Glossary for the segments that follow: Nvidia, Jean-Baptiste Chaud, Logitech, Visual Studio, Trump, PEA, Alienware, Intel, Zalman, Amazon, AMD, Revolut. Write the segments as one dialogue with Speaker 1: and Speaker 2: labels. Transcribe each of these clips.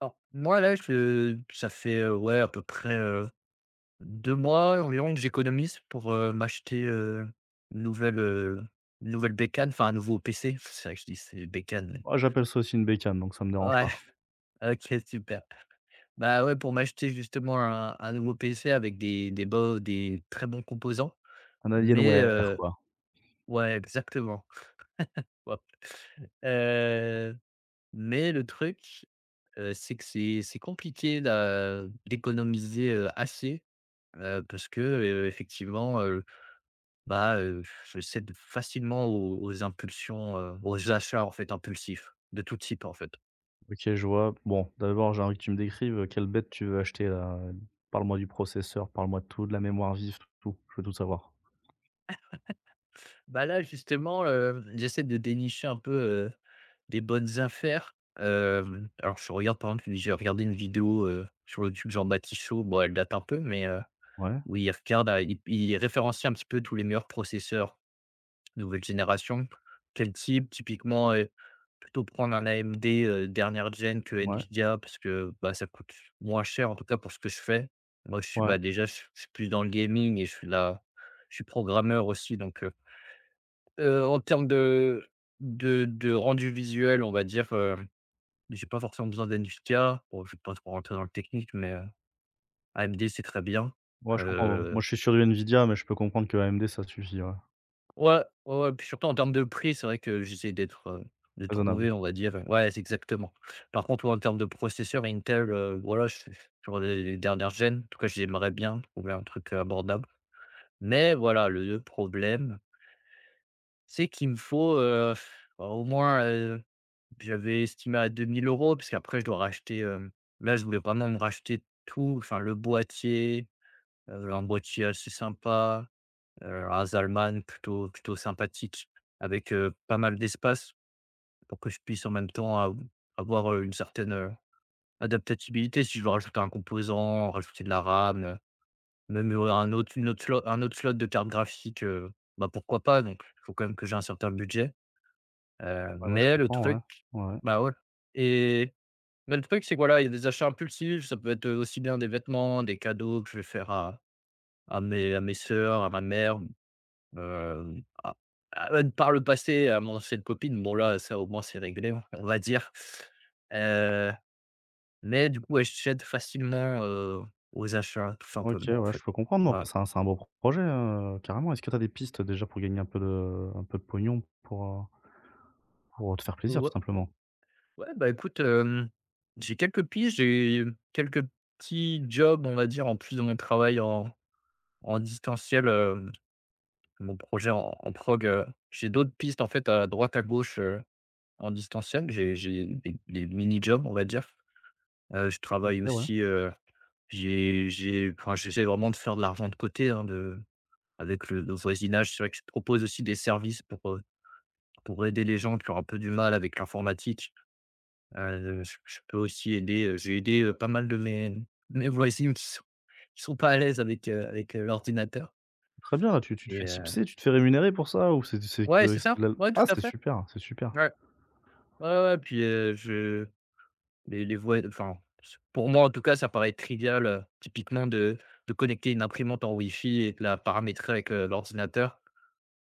Speaker 1: Alors, moi, là, je ça fait, ouais, à peu près, 2 mois environ que j'économise pour, m'acheter, une nouvelle, heu, une nouvelle bécane, enfin, un nouveau PC. C'est vrai que je dis: «C'est bécane», mais
Speaker 2: Moi, j'appelle ça aussi une bécane, donc ça me dérange
Speaker 1: ouais,
Speaker 2: pas.
Speaker 1: OK, super. Bah, ouais, pour m'acheter justement un nouveau PC avec des très bons composants,
Speaker 2: Un
Speaker 1: mais
Speaker 2: Alienware,
Speaker 1: heu
Speaker 2: quoi.
Speaker 1: ouais, exactement. Hop. Heu, mais le truc, c'est que c'est compliqué d'économiser, assez. Parce que, effectivement, bah, je cède facilement aux impulsions, aux achats, en fait, impulsifs, de tout type, en fait.
Speaker 2: OK, je vois. Bon, d'abord, j'ai envie que tu me décrives, quelle bête tu veux acheter, là? Parle-moi du processeur, parle-moi de tout, de la mémoire vive, tout. Je veux tout savoir.
Speaker 1: Bah, là, justement, hem, j'essaie de dénicher un peu, des bonnes affaires. Hem, alors je regarde, par exemple, j'ai regardé une vidéo, sur le de Jean-Baptiste Chaud. Bon, elle date un peu, mais
Speaker 2: Ouais,
Speaker 1: oui, il regarde, il référencie un petit peu tous les meilleurs processeurs nouvelle génération. Quel type? Typiquement, plutôt prendre un AMD, dernière gen que
Speaker 2: ouais,
Speaker 1: Nvidia parce que, bah, ça coûte moins cher, en tout cas pour ce que je fais. Moi,
Speaker 2: ouais,
Speaker 1: bah, déjà, je suis plus dans le gaming et je suis programmeur aussi, donc en termes de rendu visuel, on va dire, j'ai pas forcément besoin d'Nvidia. Bon, je ne vais pas trop rentrer dans le technique, mais AMD, c'est très bien.
Speaker 2: ouais, je comprends. Moi,
Speaker 1: Heu
Speaker 2: je suis sur du Nvidia, mais je peux comprendre que AMD, ça suffit, ouais.
Speaker 1: Ouais, ouais, ouais, puis surtout en termes de prix, c'est vrai que j'essaie de
Speaker 2: Raisonnable.
Speaker 1: trouver, on va dire, ouais, c'est exactement. Par contre, ouais, en termes de processeur Intel, voilà, je suis sur les dernières gènes. En tout cas, j'aimerais bien trouver un truc, abordable. Mais voilà, le problème, c'est qu'il me faut, bah, au moins, j'avais estimé à 2000 €, parce qu'après je dois racheter, hem, là, je voulais vraiment me racheter tout, enfin le boîtier, un boîtier assez sympa, à Zalman, plutôt plutôt sympathique, avec, pas mal d'espace pour que je puisse en même temps av avoir, une certaine, adaptabilité. Si je veux rajouter un composant, rajouter de la RAM, même, un autre slot de carte graphique, bah, pourquoi pas? Donc il faut quand même que j'ai un certain budget,
Speaker 2: Ouais, ouais, je
Speaker 1: mais le
Speaker 2: comprends, ouais.
Speaker 1: truc
Speaker 2: Ouais.
Speaker 1: bah, ouais. et mais le truc, c'est que, voilà, il y a des achats impulsifs, ça peut être aussi bien des vêtements, des cadeaux que je vais faire à mes sœurs, à ma mère. Hem, ah, ah, par le passé, à mon ancienne copine, bon là, ça au moins c'est réglé, on va dire. Heu, mais du coup, ouais, j'aide facilement, aux achats, tout
Speaker 2: OK,
Speaker 1: simplement, en
Speaker 2: ouais,
Speaker 1: fait.
Speaker 2: je peux comprendre, non,
Speaker 1: Ouais.
Speaker 2: c'est un beau projet, hein, carrément. Est-ce que tu as des pistes, déjà, pour gagner un peu de pognon pour te faire plaisir, tout
Speaker 1: Ouais,
Speaker 2: simplement?
Speaker 1: ouais, bah, écoute, hem, j'ai quelques piges, j'ai quelques petits jobs, on va dire, en plus de mon travail en distanciel, hem, mon projet en prog, j'ai d'autres pistes, en fait, à droite, à gauche, en distanciel. J'ai des mini jobs, on va dire. Je
Speaker 2: OK,
Speaker 1: travaille
Speaker 2: ouais.
Speaker 1: aussi. J'ai Enfin, j'essaie vraiment de faire de l'argent de côté, hein, de avec le voisinage. C'est vrai que je propose aussi des services pour, aider les gens qui ont un peu du mal avec l'informatique. Je peux aussi aider, j'ai aidé, pas mal de mes voisins qui sont pas à l'aise avec l'ordinateur.
Speaker 2: Très bien, tu te
Speaker 1: et
Speaker 2: fais
Speaker 1: heu
Speaker 2: tipser, tu te fais rémunérer pour ça? Ou c'est
Speaker 1: ouais,
Speaker 2: que
Speaker 1: c'est
Speaker 2: c'est
Speaker 1: ça.
Speaker 2: de la
Speaker 1: Ouais, tout
Speaker 2: ah
Speaker 1: à
Speaker 2: c'est
Speaker 1: fait.
Speaker 2: super, c'est super.
Speaker 1: Ouais. Ouais, ouais, ouais, puis, je les voi enfin, s pour moi, en tout cas, ça paraît trivial, typiquement de connecter une imprimante en wifi et de la paramétrer avec, l'ordinateur.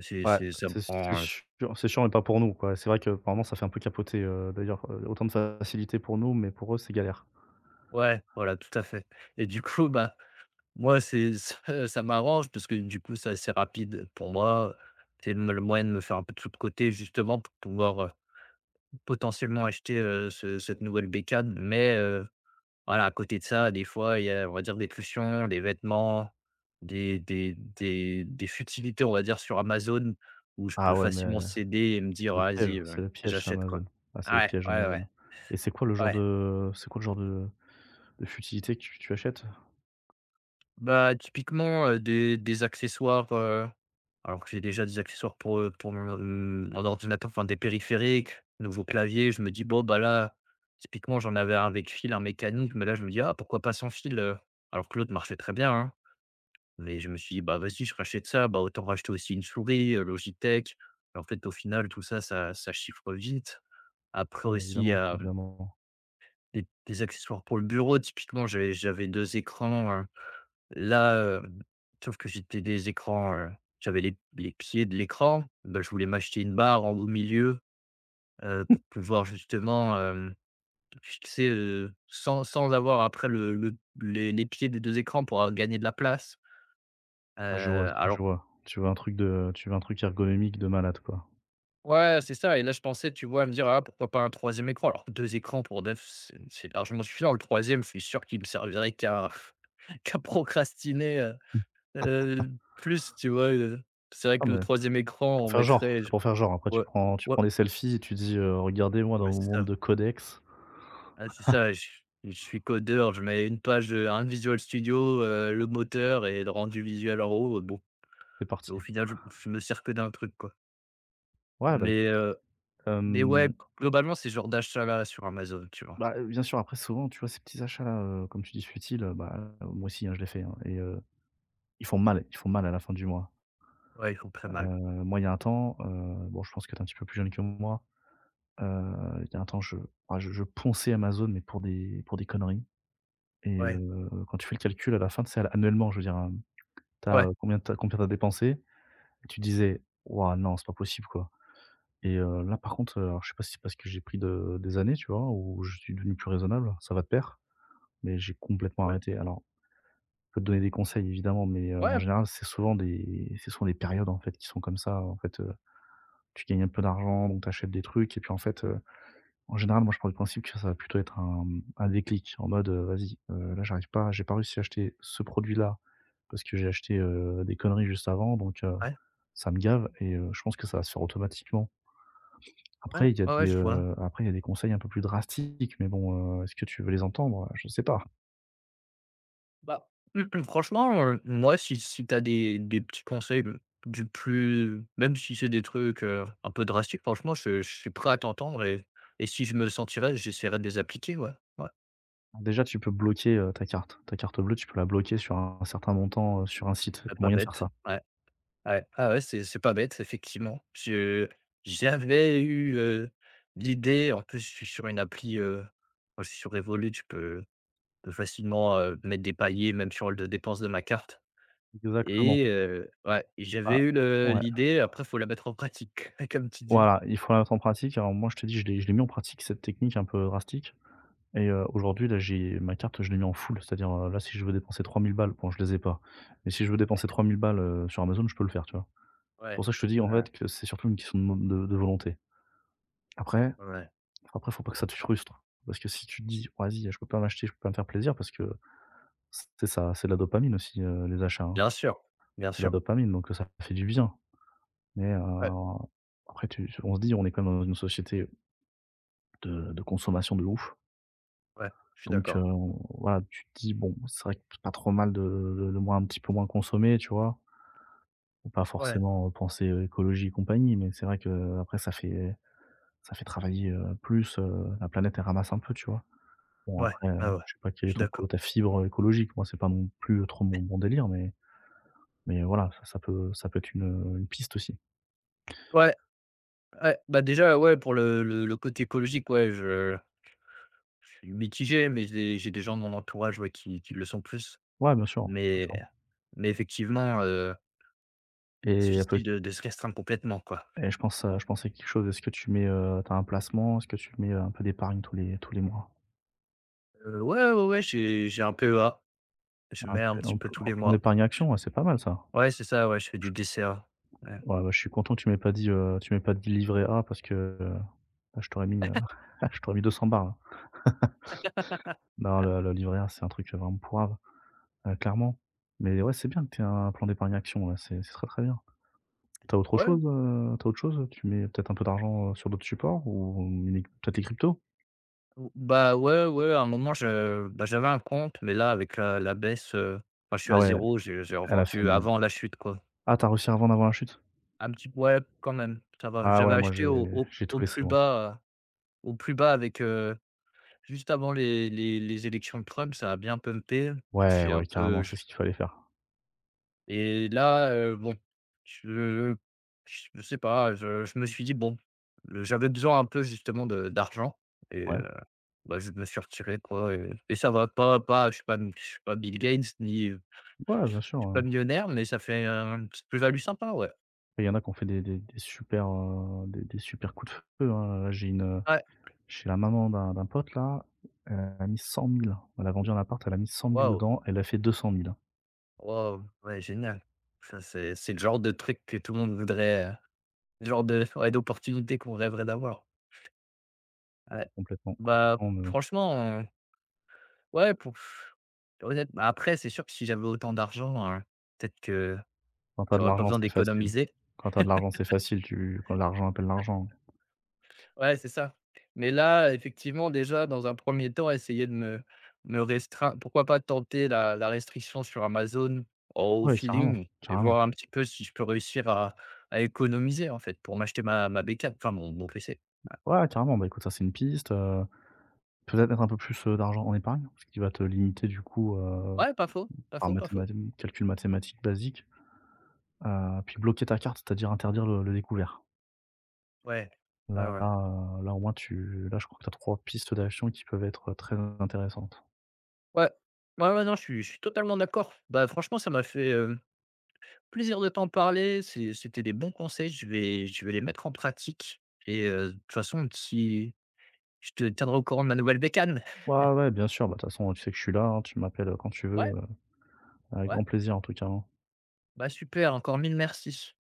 Speaker 1: C'est
Speaker 2: Ouais,
Speaker 1: c'est ça me
Speaker 2: c'est
Speaker 1: prend,
Speaker 2: chiant c'est chiant mais pas pour nous, quoi. C'est vrai que par moments ça fait un peu capoter, d'ailleurs, autant de facilité pour nous, mais pour eux c'est galère.
Speaker 1: ouais, voilà, tout à fait. Et du coup, bah, moi, c'est ça m'arrange parce que, du coup, c'est assez rapide pour moi. C'est me le moyen de me faire un peu de sous de côté, justement, pour pouvoir, potentiellement acheter, ce cette nouvelle bécane, mais voilà, à côté de ça, des fois, il y a, on va dire, des cautions, des vêtements, des futilités, on va dire, sur Amazon où je peux
Speaker 2: Ah ouais, mais
Speaker 1: facilement céder et me dire:
Speaker 2: c'est le piège,
Speaker 1: «Vas-y,
Speaker 2: c'est le piège, c'est
Speaker 1: j'achète, quoi».
Speaker 2: Amazon. Ah, c'est le
Speaker 1: Ouais,
Speaker 2: piège
Speaker 1: ouais, ouais,
Speaker 2: Amazon. Et
Speaker 1: ouais.
Speaker 2: c'est quoi le genre de futilité que tu achètes?
Speaker 1: Bah, typiquement, des accessoires, alors que j'ai déjà des accessoires pour mon ordinateur, enfin des périphériques, nouveau clavier. Je me dis: «Bon, bah, là», typiquement, j'en avais un avec fil, un mécanique, mais là, je me dis: «Ah, pourquoi pas sans fil?» alors que l'autre marchait très bien, hein. Mais je me suis dit: «Bah, vas-y, je rachète ça, bah, autant racheter aussi une souris, Logitech». En fait, au final, tout ça, ça chiffre vite. Après
Speaker 2: Ouais,
Speaker 1: aussi,
Speaker 2: évidemment,
Speaker 1: hem,
Speaker 2: évidemment.
Speaker 1: des accessoires pour le bureau, typiquement, j'avais 2 écrans, là, heu, sauf que j'étais des écrans, j'avais les pieds de l'écran, bah, je voulais m'acheter une barre en au milieu, pour pouvoir, justement, hem, fixer, sans avoir, après, le les pieds des 2 écrans pour, gagner de la place,
Speaker 2: Ah, je vois,
Speaker 1: heu,
Speaker 2: je
Speaker 1: alors
Speaker 2: vois. Tu veux un truc ergonomique de malade, quoi.
Speaker 1: ouais, c'est ça. Et là, je pensais, tu vois, à me dire: «Ah, pourquoi pas un troisième écran?» alors 2 écrans pour Def, c'est largement suffisant. Le troisième, je suis sûr qu'il me servirait qu'à qu'à procrastiner. Heu, Plus, tu vois? C'est vrai
Speaker 2: Ah
Speaker 1: que le
Speaker 2: mais
Speaker 1: troisième
Speaker 2: c'est
Speaker 1: écran,
Speaker 2: pour
Speaker 1: on
Speaker 2: faire genre,
Speaker 1: mettrait.
Speaker 2: c'est
Speaker 1: Je
Speaker 2: pour faire genre. Après tu
Speaker 1: Ouais,
Speaker 2: prends tu
Speaker 1: ouais,
Speaker 2: prends des selfies et tu dis: «Regardez moi
Speaker 1: ouais,
Speaker 2: dans mon
Speaker 1: c'est
Speaker 2: monde
Speaker 1: ça.
Speaker 2: de codex».
Speaker 1: Ah, c'est ça, je suis codeur, je mets une page, un Visual Studio, le moteur et le rendu visuel en haut, bon,
Speaker 2: C'est
Speaker 1: au
Speaker 2: parti.
Speaker 1: final, je me sers que d'un truc, quoi.
Speaker 2: Ouais, bah, écoute,
Speaker 1: Mais heu, mais ouais,
Speaker 2: hem
Speaker 1: globalement, ces genres d'achats-là sur Amazon, tu vois?
Speaker 2: Bah, bien sûr, après souvent, tu vois, ces petits achats-là, comme tu dis futiles, bah, moi aussi, hein, je les fais, hein et ils font mal à la fin du mois.
Speaker 1: Ouais, ils font très mal.
Speaker 2: Moi, il y a un temps, bon, je pense que tu es un petit peu plus jeune que moi, heu, il y a un temps, je ah, je ponçais Amazon, mais pour des conneries et
Speaker 1: Ouais,
Speaker 2: quand tu fais le calcul à la fin, tu sais, annuellement, je veux dire, tu as,
Speaker 1: ouais,
Speaker 2: combien tu as dépensé et tu disais: «Waouh, non, c'est pas possible, quoi» et là, par contre, alors je sais pas si c'est parce que j'ai pris de des années, tu vois, ou je suis devenu plus raisonnable, ça va de pair, mais j'ai complètement
Speaker 1: ouais.
Speaker 2: arrêté. Alors je peux te donner des conseils évidemment, mais en
Speaker 1: Ouais,
Speaker 2: général, c'est souvent des périodes, en fait, qui sont comme ça. En fait, tu gagnes un peu d'argent, donc tu achètes des trucs et puis, en fait, en général, moi, je prends le principe que ça va plutôt être un déclic en mode: «Vas-y, là, j'arrive pas, j'ai pas réussi à acheter ce produit-là parce que j'ai acheté, des conneries juste avant, donc
Speaker 1: ouais,
Speaker 2: ça me gave» et je pense que ça va se faire automatiquement.
Speaker 1: ouais,
Speaker 2: Après, il y a
Speaker 1: ouais, ouais,
Speaker 2: des,
Speaker 1: je vois.
Speaker 2: heu, Après, il y a des conseils un peu plus drastiques, mais bon, est-ce que tu veux les entendre? Je sais pas.
Speaker 1: Bah, franchement, moi, si tu as des petits conseils, du plus même si c'est des trucs, un peu drastiques, franchement, je suis prêt à t'entendre, et si je me le sentirais, j'essaierais de les appliquer, ouais. Ouais,
Speaker 2: Déjà, tu peux bloquer, ta carte. Ta carte bleue, tu peux la bloquer sur un certain montant, sur un site. Il y
Speaker 1: c'est
Speaker 2: a
Speaker 1: pas
Speaker 2: moyen de faire
Speaker 1: bête.
Speaker 2: ça.
Speaker 1: Ouais, ouais. Ah ouais, c'est pas bête, effectivement. Je J'avais eu, l'idée, en plus, je suis sur une appli, moi, je suis sur Revolut, tu peux facilement, mettre des paliers, même sur les dépenses de ma carte.
Speaker 2: Exactement.
Speaker 1: Et ouais, et j'avais
Speaker 2: Ah,
Speaker 1: eu le
Speaker 2: ouais,
Speaker 1: l'idée, après faut la mettre en pratique, comme tu dis.
Speaker 2: voilà, il faut la mettre en pratique. Alors moi, je te dis, je l'ai mis en pratique cette technique un peu drastique et aujourd'hui, là, j'ai ma carte, je l'ai mis en full. C'est-à-dire, là, si je veux dépenser trois mille balles, bon, je les ai pas, mais si je veux dépenser trois mille balles, sur Amazon, je peux le faire, tu vois? C'est
Speaker 1: Ouais.
Speaker 2: pour ça que je te dis, en
Speaker 1: Ouais,
Speaker 2: fait, que c'est surtout une question de mo de volonté.
Speaker 1: ouais,
Speaker 2: Après
Speaker 1: ouais.
Speaker 2: après, faut pas que ça te frustre parce que si tu te dis: «Vas-y, je peux pas m'acheter, je peux pas me faire plaisir» parce que c'est ça, c'est de la dopamine aussi, les achats, hein.
Speaker 1: Bien sûr, bien
Speaker 2: C'est de la
Speaker 1: sûr.
Speaker 2: dopamine, donc ça fait du bien, mais
Speaker 1: Ouais,
Speaker 2: après tu on se dit, on est quand même dans une société de consommation de ouf,
Speaker 1: ouais, je suis
Speaker 2: donc
Speaker 1: d'accord.
Speaker 2: on voilà, tu te dis: «Bon, c'est vrai que c'est pas trop mal de moins un petit peu moins consommer», tu vois? Faut pas
Speaker 1: Ouais,
Speaker 2: forcément, penser, écologie et compagnie, mais c'est vrai que après ça fait travailler, plus, la planète elle ramasse un peu, tu vois? Bon
Speaker 1: ouais,
Speaker 2: après,
Speaker 1: ah ouais,
Speaker 2: je sais pas quelle
Speaker 1: je
Speaker 2: est
Speaker 1: suis
Speaker 2: ton co
Speaker 1: d'accord.
Speaker 2: ta fibre, écologique, moi c'est pas non plus trop mon délire, mais voilà, ça peut être une piste aussi.
Speaker 1: Ouais, ouais, bah, déjà, ouais, pour le côté écologique, ouais, je suis mitigé, mais j'ai des gens de mon entourage, ouais, qui le sont plus.
Speaker 2: Ouais, bien
Speaker 1: Mais
Speaker 2: sûr
Speaker 1: mais, effectivement,
Speaker 2: et
Speaker 1: c'est
Speaker 2: elle peut
Speaker 1: difficile de se restreindre complètement, quoi.
Speaker 2: et je pensais quelque chose. Est-ce que tu mets, tu un placement? Est-ce que tu mets, un peu d'épargne tous les mois?
Speaker 1: Ouais, ouais, ouais, j'ai un PEA, je
Speaker 2: Un
Speaker 1: mets un
Speaker 2: p
Speaker 1: petit
Speaker 2: un
Speaker 1: peu
Speaker 2: plan
Speaker 1: tous
Speaker 2: un
Speaker 1: les
Speaker 2: plan
Speaker 1: mois.
Speaker 2: d'épargne action, ouais, c'est pas mal ça.
Speaker 1: Ouais, c'est ça, ouais, je fais du
Speaker 2: Je
Speaker 1: dessert. Ouais.
Speaker 2: ouais, bah, je suis content que tu m'aies pas dit, livret A parce que, heu, là, je t'aurais mis, je t'aurais mis 200 là. Non, le livret A, c'est un truc, vraiment pourrave, clairement. Mais ouais, c'est bien que tu aies un plan d'épargne action, ouais, c'est très, très bien. T'as autre
Speaker 1: Ouais,
Speaker 2: chose, tu autre chose? Tu mets peut-être un peu d'argent, sur d'autres supports ou unique peut-être les cryptos?
Speaker 1: ou bah, ouais, ouais, à un moment, je bah, j'avais un compte, mais là, avec la baisse, enfin, je suis
Speaker 2: Ah
Speaker 1: à
Speaker 2: ouais,
Speaker 1: zéro, j'ai
Speaker 2: elle a fait
Speaker 1: revendu
Speaker 2: mon
Speaker 1: avant la chute, quoi.
Speaker 2: ah, t'as réussi à revendre avant la chute?
Speaker 1: Un petit ouais, quand même, ça va.
Speaker 2: Ah
Speaker 1: J'avais
Speaker 2: ouais, moi j'ai
Speaker 1: acheté au au
Speaker 2: j'ai tout
Speaker 1: au
Speaker 2: laissé
Speaker 1: plus
Speaker 2: moi.
Speaker 1: bas, au plus bas, avec, juste avant les élections de Trump, ça a bien pumpé.
Speaker 2: Ouais,
Speaker 1: J'ai un
Speaker 2: ouais,
Speaker 1: peu
Speaker 2: carrément,
Speaker 1: j
Speaker 2: c'est ce qu'il fallait faire.
Speaker 1: Et là, bon, je je sais pas, je me suis dit: «Bon», j'avais besoin un peu, justement, de d'argent et
Speaker 2: Ouais.
Speaker 1: bah, je me suis retiré, quoi, et ça va pas, je suis pas Bill Gates, ni
Speaker 2: Ouais, bien
Speaker 1: je
Speaker 2: sûr,
Speaker 1: suis pas
Speaker 2: hein.
Speaker 1: millionnaire, mais ça fait un une plus-value sympa, ouais.
Speaker 2: Il y en a qui ont fait des super coups de feu, hein. Là,
Speaker 1: Ouais,
Speaker 2: j'ai la maman d'un pote là, elle a mis cent mille. Elle a vendu un appart, elle a mis cent mille
Speaker 1: waouh,
Speaker 2: dedans, elle a fait deux cent mille, hein.
Speaker 1: waouh, ouais, génial. Ça, c'est le genre de truc que tout le monde voudrait, le genre de, ouais, d'opportunité qu'on rêverait d'avoir. Ouais,
Speaker 2: Complètement,
Speaker 1: bah,
Speaker 2: complètement, mais bon,
Speaker 1: franchement, ouais, pour honnête bah, après, c'est sûr que si j'avais autant d'argent, peut-être que
Speaker 2: quand t'as de
Speaker 1: j'aurais pas
Speaker 2: l'argent,
Speaker 1: besoin
Speaker 2: c'est facile.
Speaker 1: d'économiser.
Speaker 2: Quand t'as de l'argent, c'est facile, tu quand l'argent appelle l'argent, hein.
Speaker 1: Ouais, c'est ça. Mais là, effectivement, déjà, dans un premier temps, essayer de me restreindre, pourquoi pas tenter la restriction sur Amazon au
Speaker 2: Ouais, carrément,
Speaker 1: feeling et
Speaker 2: carrément.
Speaker 1: voir un petit peu si je peux réussir à économiser, en fait, pour m'acheter ma bécane, enfin mon PC.
Speaker 2: Ouais, carrément, bah, écoute, ça, c'est une piste, peut-être mettre un peu plus, d'argent en épargne, ce qui va te limiter du coup,
Speaker 1: Ouais, pas faux, pas
Speaker 2: par
Speaker 1: faux, pas faux.
Speaker 2: mathémati calcul mathématique basique, puis bloquer ta carte, c'est-à-dire interdire le découvert.
Speaker 1: Ouais. Ouais,
Speaker 2: Là,
Speaker 1: ouais.
Speaker 2: là, au moins tu là, je crois que tu as 3 pistes d'action qui peuvent être, très intéressantes.
Speaker 1: Ouais. Ouais, ouais, non, je suis totalement d'accord. Bah, franchement, ça m'a fait, plaisir de t'en parler. C'était des bons conseils. Je vais les mettre en pratique et, de toute façon, si je te tiendrai au courant de ma nouvelle bécane.
Speaker 2: Ouais, ouais, bien sûr, bah, de toute façon, tu sais que je suis là, hein, tu m'appelles, quand tu veux,
Speaker 1: Ouais,
Speaker 2: avec
Speaker 1: ouais,
Speaker 2: grand plaisir en tout cas, hein.
Speaker 1: bah super, encore mille merci.